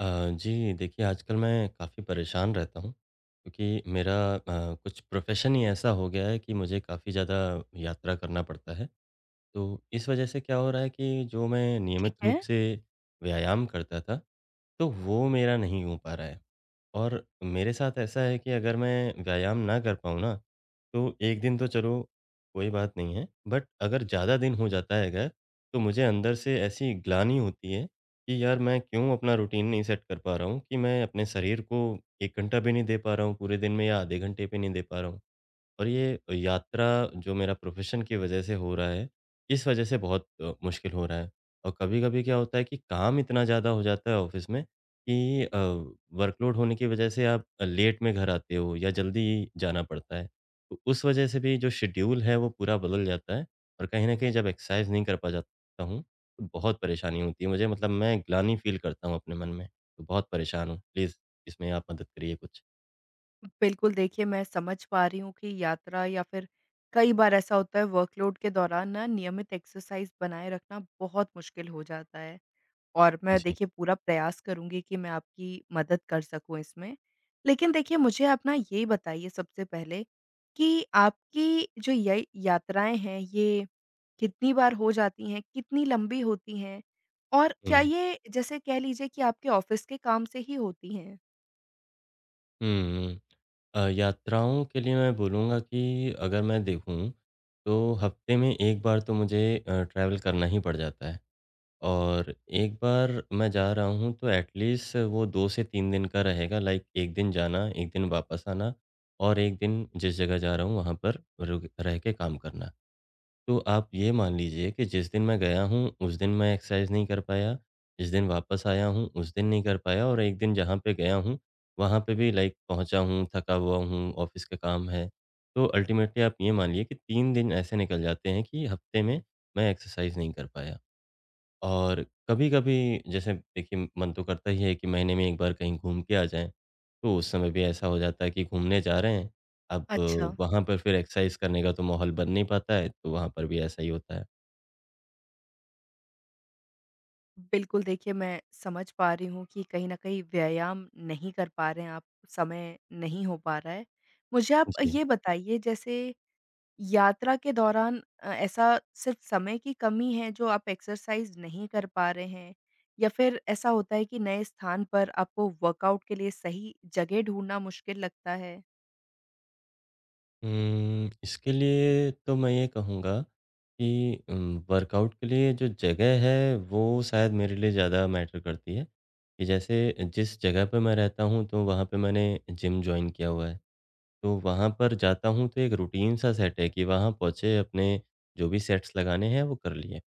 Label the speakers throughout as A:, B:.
A: जी, देखिए आजकल मैं काफ़ी परेशान रहता हूँ, क्योंकि मेरा कुछ प्रोफ़ेशन ही ऐसा हो गया है कि मुझे काफ़ी ज़्यादा यात्रा करना पड़ता है। तो इस वजह से क्या हो रहा है कि जो मैं नियमित रूप
B: है।
A: से व्यायाम करता था, तो वो मेरा नहीं हो पा रहा है। और मेरे साथ ऐसा है कि अगर मैं व्यायाम ना कर पाऊँ ना, तो 1 दिन तो चलो कोई बात नहीं है, बट अगर ज़्यादा दिन हो जाता है अगर, तो मुझे अंदर से ऐसी ग्लानि होती है कि यार मैं क्यों अपना रूटीन नहीं सेट कर पा रहा हूँ कि मैं अपने शरीर को 1 घंटा भी नहीं दे पा रहा हूँ पूरे दिन में या आधे घंटे भी नहीं दे पा रहा हूँ। और ये यात्रा जो मेरा प्रोफ़ेशन की वज़ह से हो रहा है, इस वज़ह से बहुत मुश्किल हो रहा है। और कभी-कभी क्या होता है कि काम इतना ज़्यादा हो जाता है ऑफ़िस में कि वर्कलोड होने की वज़ह से आप लेट में घर आते हो या जल्दी जाना पड़ता है। तो उस वज़ह से भी जो शेड्यूल है वो पूरा बदल जाता है और कहीं न कहीं जब एक्सरसाइज़ नहीं कर पा जाता हूँ, तो बहुत परेशानी होती है मुझे, मतलब मैं ग्लानि फ़ील करता हूँ अपने मन में, तो बहुत परेशान हूँ। प्लीज़ इसमें आप मदद करिए कुछ।
B: बिल्कुल देखिए, मैं समझ पा रही हूँ कि यात्रा या फिर कई बार ऐसा होता है वर्कलोड के दौरान ना नियमित एक्सरसाइज़ बनाए रखना बहुत मुश्किल हो जाता है और मैं
A: जी।
B: देखिए पूरा प्रयास करूँगी कि मैं आपकी मदद कर सकूँ इसमें। लेकिन देखिए मुझे आप ना ये बताइए सबसे पहले कि आपकी जो ये यात्राएँ हैं ये कितनी बार हो जाती हैं? कितनी लंबी होती हैं? और क्या
A: हुँ।
B: ये जैसे कह लीजिए कि आपके ऑफ़िस के काम से ही होती हैं?
A: हुँ। यात्राओं के लिए मैं बोलूँगा कि अगर मैं देखूँ, तो हफ़्ते में 1 बार तो मुझे ट्रैवल करना ही पड़ जाता है और एक बार मैं जा रहा हूँ तो एट लीस्ट वो 2 से 3 दिन का रहेगा, लाइक 1 दिन जाना, 1 दिन वापस आना और 1 दिन जिस जगह जा रहा हूँ वहाँ पर रुक रह के काम करना। तो आप ये मान लीजिए कि जिस दिन मैं गया हूँ, उस दिन मैं एक्सरसाइज़ नहीं कर पाया, जिस दिन वापस आया हूँ, उस दिन नहीं कर पाया और एक दिन जहाँ पे गया हूँ, वहाँ पे भी लाइक पहुँचा हूँ, थका हुआ हूँ, ऑफ़िस का काम है। तो अल्टीमेटली आप ये मानिए कि 3 दिन ऐसे निकल जाते हैं कि हफ़्ते में मैं एक्सरसाइज़ नहीं कर पाया। और कभी-कभी जैसे देखिए मन तो करता ही है कि महीने में 1 बार कहीं घूम के आ जाएँ। तो उस समय भी ऐसा हो जाता है कि घूमने जा रहे हैं, अब
B: अच्छा।
A: वहाँ पर फिर एक्सरसाइज करने का तो माहौल बन नहीं पाता है, तो वहाँ पर भी ऐसा ही होता है।
B: बिल्कुल, देखिए मैं समझ पा रही हूँ कि कहीं न कहीं व्यायाम नहीं कर पा रहे हैं आप, समय नहीं हो पा रहा है। मुझे आप
A: जी।
B: ये बताइए जैसे यात्रा के दौरान ऐसा सिर्फ़ समय की कमी है जो आप एक्सरसाइज़ नहीं कर पा रहे हैं? या फिर ऐसा होता है कि नए स्थान पर आपको वर्कआउट के लिए सही जगह ढूँढना मुश्किल लगता है?
A: इसके लिए तो मैं ये कहूँगा कि वर्कआउट के लिए जो जगह है वो शायद मेरे लिए ज़्यादा मैटर करती है, कि जैसे जिस जगह पे मैं रहता हूँ तो वहाँ पे मैंने जिम जॉइन किया हुआ है। तो वहाँ पर जाता हूँ तो एक रूटीन सा सेट है कि वहाँ पहुँचे, अपने जो भी सेट्स लगाने हैं वो कर लिए।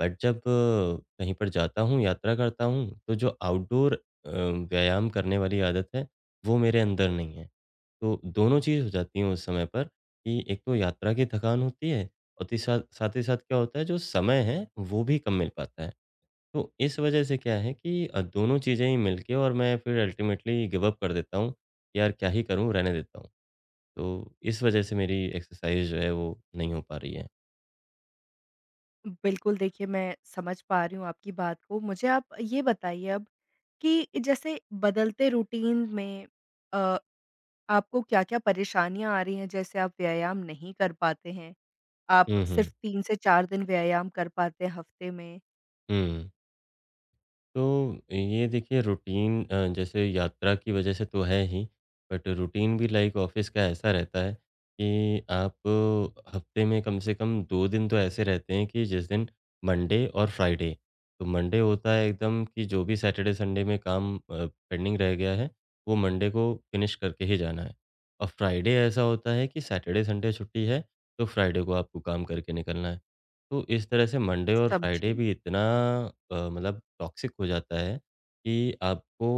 A: बट जब कहीं पर जाता हूँ, यात्रा करता हूँ तो जो आउटडोर व्यायाम करने वाली आदत है वो मेरे अंदर नहीं है। तो दोनों चीज़ हो जाती हैं उस समय पर कि एक तो यात्रा की थकान होती है और ती साथ साथ ही साथ क्या होता है, जो समय है वो भी कम मिल पाता है। तो इस वज़ह से क्या है कि दोनों चीज़ें ही मिल के और मैं फिर अल्टीमेटली गिव अप कर देता हूँ। यार क्या ही करूँ? रहने देता हूँ। तो इस वजह से मेरी एक्सरसाइज़ जो है वो नहीं हो पा रही है।
B: बिल्कुल, देखिए मैं समझ पा रही हूँ आपकी बात को। मुझे आप ये बताइए अब कि जैसे बदलते रूटीन में अ आपको क्या-क्या परेशानियाँ आ रही हैं? जैसे आप व्यायाम नहीं कर पाते हैं, आप
A: हुँ, हुँ।
B: सिर्फ़ 3 से 4 दिन व्यायाम कर पाते हैं हफ़्ते में।
A: हुँ। तो ये देखिए, रूटीन जैसे यात्रा की वजह से तो है ही, बट रूटीन भी लाइक ऑफ़िस का ऐसा रहता है कि आप हफ़्ते में कम से कम 2 दिन तो ऐसे रहते हैं कि जिस दिन, मंडे और फ्राइडे। तो मंडे होता है एकदम कि जो भी सैटरडे, संडे में काम पेंडिंग रह गया है, वो मंडे को फ़िनिश करके ही जाना है। और फ्राइडे ऐसा होता है कि सैटरडे, संडे छुट्टी है, तो फ्राइडे को आपको काम करके निकलना है। तो इस तरह से मंडे और फ्राइडे
B: समझी।
A: भी इतना मतलब टॉक्सिक हो जाता है कि आपको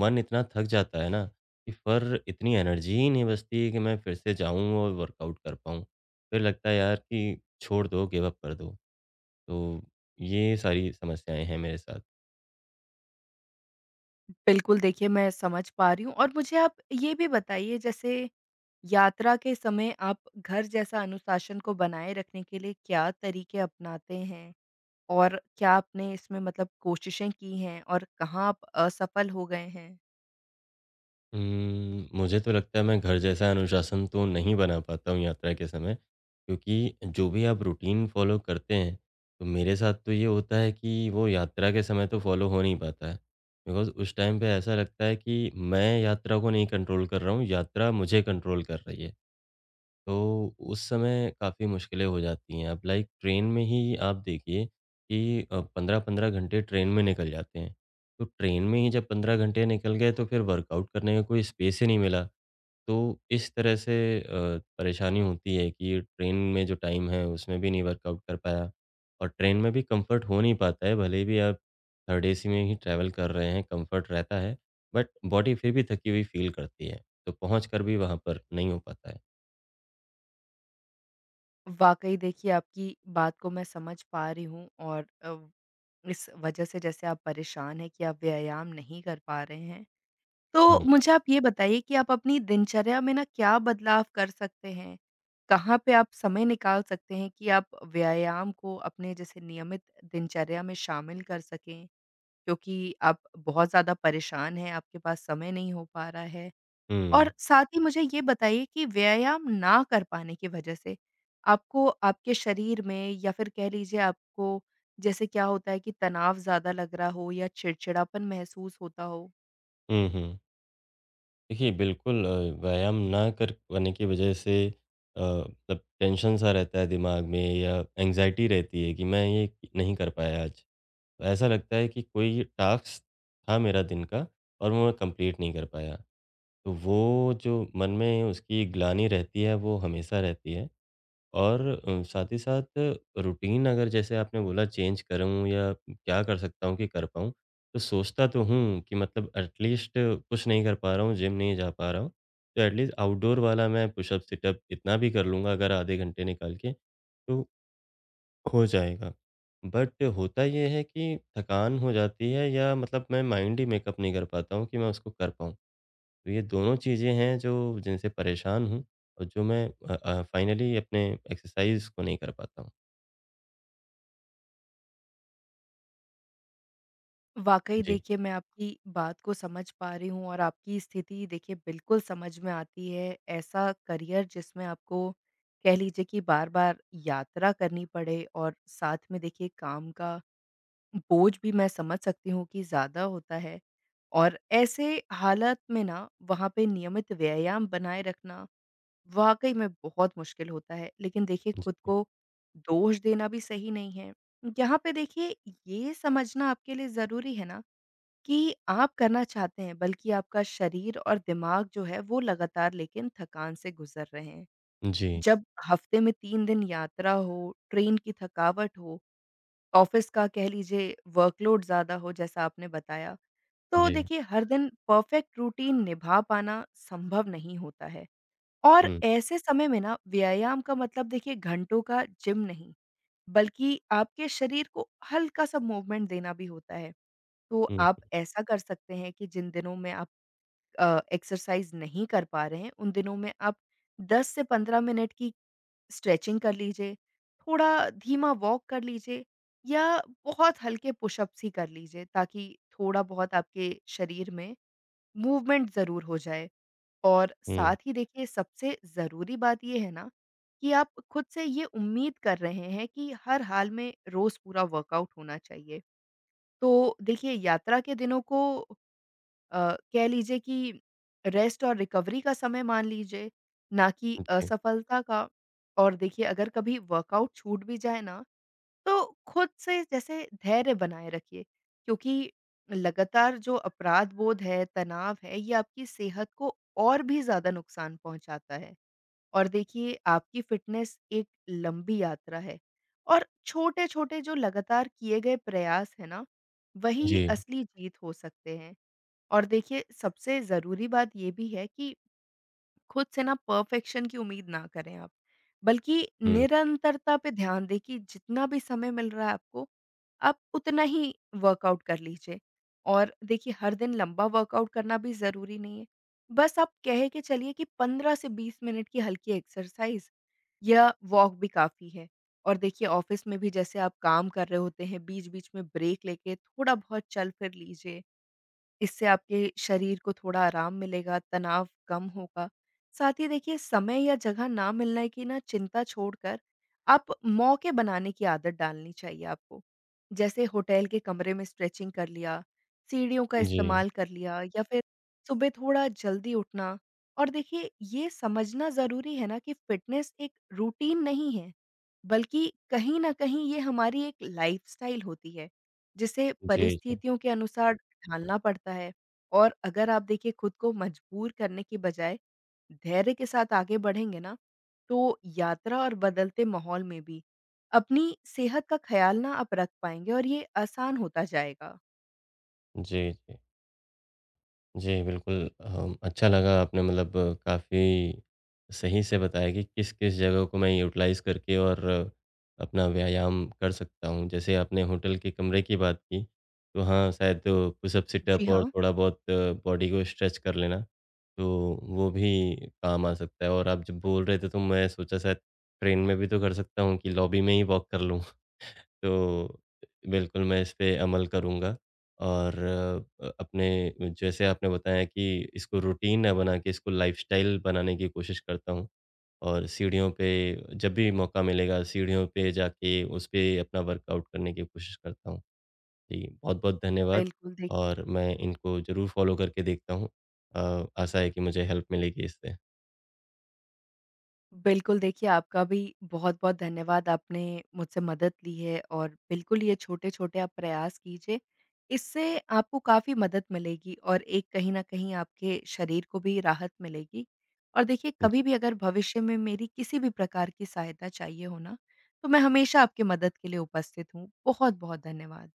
A: मन इतना थक जाता है ना कि फिर इतनी एनर्जी ही नहीं बचती कि मैं फिर से जाऊँ और वर्कआउट कर पाऊँ। फिर लगता है यार कि छोड़ दो, गिव अप कर दो। तो ये सारी समस्याएँ हैं मेरे साथ।
B: बिल्कुल, देखिए मैं समझ पा रही हूँ और मुझे आप ये भी बताइए जैसे यात्रा के समय आप घर जैसा अनुशासन को बनाए रखने के लिए क्या तरीके अपनाते हैं? और क्या आपने इसमें मतलब कोशिशें की हैं और कहाँ आप असफल हो गए हैं?
A: मुझे तो लगता है मैं घर जैसा अनुशासन तो नहीं बना पाता हूँ यात्रा के समय, क्योंकि जो भी आप रूटीन फ़ॉलो करते हैं, तो मेरे साथ तो ये होता है कि वो यात्रा के समय तो फ़ॉलो हो नहीं पाता है। बिकॉज़ उस टाइम पे ऐसा लगता है कि मैं यात्रा को नहीं कंट्रोल कर रहा हूँ, यात्रा मुझे कंट्रोल कर रही है। तो उस समय काफ़ी मुश्किलें हो जाती हैं। अब लाइक ट्रेन में ही आप देखिए कि 15-15 घंटे ट्रेन में निकल जाते हैं। तो ट्रेन में ही जब 15 घंटे निकल गए तो फिर वर्कआउट करने का कोई स्पेस ही नहीं मिला। तो इस तरह से परेशानी होती है कि ट्रेन में जो टाइम है उसमें भी नहीं वर्कआउट कर पाया और ट्रेन में भी कंफर्ट हो नहीं पाता है। भले भी आप थर्ड एसी में ही ट्रैवल कर रहे हैं, कंफर्ट रहता है बट बॉडी फिर भी थकी हुई फील करती है। तो पहुँच कर भी वहाँ पर नहीं हो पाता
B: वाक़ई देखिए आपकी बात को मैं समझ पा रही हूँ और इस वजह से जैसे आप परेशान हैं कि आप व्यायाम नहीं कर पा रहे हैं। तो
A: है।
B: मुझे आप ये बताइए कि आप अपनी दिनचर्या में ना क्या बदलाव कर सकते हैं? कहाँ पे आप समय निकाल सकते हैं कि आप व्यायाम को अपने जैसे नियमित दिनचर्या में शामिल कर सकें? क्योंकि आप बहुत ज़्यादा परेशान हैं, आपके पास समय नहीं हो पा रहा है।
A: हुँ।
B: और साथ ही मुझे ये बताइए कि व्यायाम ना कर पाने की वजह से आपको आपके शरीर में या फिर कह लीजिए आपको जैसे क्या होता है कि तनाव ज़्यादा लग रहा हो या चिड़चिड़ापन महसूस होता हो?
A: हुँ, हुँ। देखिए बिल्कुल, व्यायाम ना कर पाने की वजह से मतलब टेंशन-सा रहता है दिमाग में या एंग्ज़ायटी रहती है कि मैं ये नहीं कर पाया आज। तो ऐसा लगता है कि कोई टास्क था मेरा दिन का और वो मैं कंप्लीट नहीं कर पाया। तो वो जो मन में उसकी ग्लानि रहती है, वो हमेशा रहती है। और साथ ही साथ रूटीन अगर जैसे आपने बोला, चेंज करूँ या क्या कर सकता हूँ कि कर पाऊँ? तो सोचता तो हूँ कि मतलब एटलीस्ट कुछ नहीं कर पा रहा हूँ, जिम नहीं जा पा रहा हूँ। तो एटलीस्ट आउटडोर वाला मैं पुशअप, सिटअप इतना भी कर लूँगा अगर आधे घंटे निकाल के, तो हो जाएगा। बट होता ये है कि थकान हो जाती है या मतलब मैं माइंड ही मेकअप नहीं कर पाता हूँ कि मैं उसको कर पाऊँ। तो ये दोनों चीज़ें हैं जो जिनसे परेशान हूँ और जो मैं फाइनली अपने एक्सरसाइज़ को नहीं कर पाता हूँ।
B: वाक़ई
A: जी,
B: देखिए मैं आपकी बात को समझ पा रही हूँ और आपकी स्थिति देखिए बिल्कुल समझ में आती है। ऐसा करियर जिसमें आपको कह लीजिए कि बार-बार यात्रा करनी पड़े और साथ में देखिए काम का बोझ भी मैं समझ सकती हूँ कि ज़्यादा होता है और ऐसे हालत में ना वहाँ पे नियमित व्यायाम बनाए रखना वाकई में बहुत मुश्किल होता है। लेकिन देखिए
A: जी।
B: खुद को दोष देना भी सही नहीं है। यहाँ पे देखिए ये समझना आपके लिए ज़रूरी है ना कि आप करना चाहते हैं बल्कि आपका शरीर और दिमाग जो है वो लगातार लेकिन थकान से गुज़र रहे हैं।
A: जी,
B: जब हफ्ते में 3 दिन यात्रा हो, ट्रेन की थकावट हो, ऑफिस का कह लीजिए वर्कलोड ज़्यादा हो जैसा आपने बताया। तो
A: जी।
B: देखिए हर दिन परफेक्ट रूटीन निभा पाना संभव नहीं होता है और
A: हुँ,
B: ऐसे समय में ना व्यायाम का मतलब देखिए घंटों का जिम नहीं, बल्कि आपके शरीर को हल्का-सा मूवमेंट देना भी होता है। तो
A: हुँ,
B: आप ऐसा कर सकते हैं कि जिन दिनों में आप एक्सरसाइज़ नहीं कर पा रहे हैं, उन दिनों में आप 10 से 15 मिनट की स्ट्रेचिंग कर लीजिए, थोड़ा धीमा वॉक कर लीजिए या बहुत हल्के पुशअप्स ही कर लीजिए ताकि थोड़ा-बहुत आपके शरीर में मूवमेंट ज़रूर हो जाए। और
A: हुँ।
B: साथ ही देखिए सबसे ज़रूरी बात ये है ना कि आप खुद से ये उम्मीद कर रहे हैं कि हर हाल में रोज़ पूरा वर्कआउट होना चाहिए। तो देखिए यात्रा के दिनों को कह लीजिए कि रेस्ट और रिकवरी का समय मान लीजिए, ना कि
A: जी,
B: असफलता का। और देखिए अगर कभी वर्कआउट छूट भी जाए ना, तो खुद से जैसे धैर्य बनाए रखिए, क्योंकि लगातार जो अपराध बोध है, तनाव है, ये आपकी सेहत को और भी ज़्यादा नुकसान पहुँचाता है। और देखिए आपकी फ़िटनेस एक लंबी यात्रा है और छोटे-छोटे जो लगातार किए गए प्रयास हैं ना, वही
A: जी।
B: असली जीत हो सकते हैं। और देखिए सबसे ज़रूरी बात ये भी है कि खुद से ना परफेक्शन की उम्मीद ना करें आप, बल्कि
A: हुँ।
B: निरंतरता पे ध्यान दें कि जितना भी समय मिल रहा है आपको, आप उतना ही वर्कआउट कर लीजिए। और देखिए हर दिन लंबा वर्कआउट करना भी ज़रूरी नहीं है। बस आप कह के चलिए कि 15 से 20 मिनट की हल्की एक्सरसाइज़ या वॉक भी काफ़ी है। और देखिए ऑफ़िस में भी जैसे आप काम कर रहे होते हैं, बीच-बीच में ब्रेक लेके थोड़ा बहुत चल फिर लीजिए। इससे आपके शरीर को थोड़ा आराम मिलेगा, तनाव कम होगा। साथ ही देखिए समय या जगह ना मिलने की ना चिंता छोड़कर आप मौके बनाने की आदत डालनी चाहिए आपको। जैसे होटल के कमरे में स्ट्रेचिंग कर लिया, सीढ़ियों का
A: जी,
B: इस्तेमाल कर लिया या फिर सुबह थोड़ा जल्दी उठना। और देखिए ये समझना ज़रूरी है ना कि फ़िटनेस एक रूटीन नहीं है, बल्कि कहीं न कहीं ये हमारी एक लाइफ़स्टाइल होती है, जिसे
A: जी, जी।
B: परिस्थितियों के अनुसार ढालना पड़ता है और अगर आप देखिए खुद को मजबूर करने की बजाय धैर्य के साथ आगे बढ़ेंगे ना तो यात्रा और बदलते माहौल में भी अपनी सेहत का ख्याल ना आप रख पाएंगे और ये आसान होता जाएगा।
A: जी, जी। जी, बिल्कुल। अच्छा लगा, आपने मतलब काफ़ी सही से बताया कि किस-किस जगह को मैं यूटिलाइज़ करके और अपना व्यायाम कर सकता हूँ। जैसे आपने होटल के कमरे की बात की, तो हाँ, शायद पुशअप,
B: जी
A: सिटअप और
B: हाँ,
A: थोड़ा-बहुत बॉडी को स्ट्रेच कर लेना, तो वो भी काम आ सकता है। और आप जब बोल रहे थे, तो मैं सोचा शायद ट्रेन में भी तो कर सकता हूँ कि लॉबी में ही वॉक कर लूँ। तो बिल्कुल, मैं इस पे अमल करूँगा। और अपने, जैसे आपने बताया कि इसको रूटीन ना बना के इसको लाइफ़स्टाइल बनाने की कोशिश करता हूँ और सीढ़ियों पे जब भी मौका मिलेगा सीढ़ियों पे जाके उस पे अपना वर्कआउट करने की कोशिश करता हूँ। जी, बहुत-बहुत धन्यवाद
B: बिल्कुल देखिए।
A: और मैं इनको ज़रूर फ़ॉलो करके देखता हूँ। आशा है कि मुझे हेल्प मिलेगी इससे।
B: बिल्कुल, देखिए आपका भी बहुत-बहुत धन्यवाद, आपने मुझसे मदद ली है और बिल्कुल ये छोटे-छोटे आप प्रयास कीजिए। इससे आपको काफ़ी मदद मिलेगी और एक कहीं न कहीं आपके शरीर को भी राहत मिलेगी। और देखिए कभी भी अगर भविष्य में मेरी किसी भी प्रकार की सहायता चाहिए हो ना, तो मैं हमेशा आपकी मदद के लिए उपस्थित हूँ। बहुत-बहुत धन्यवाद।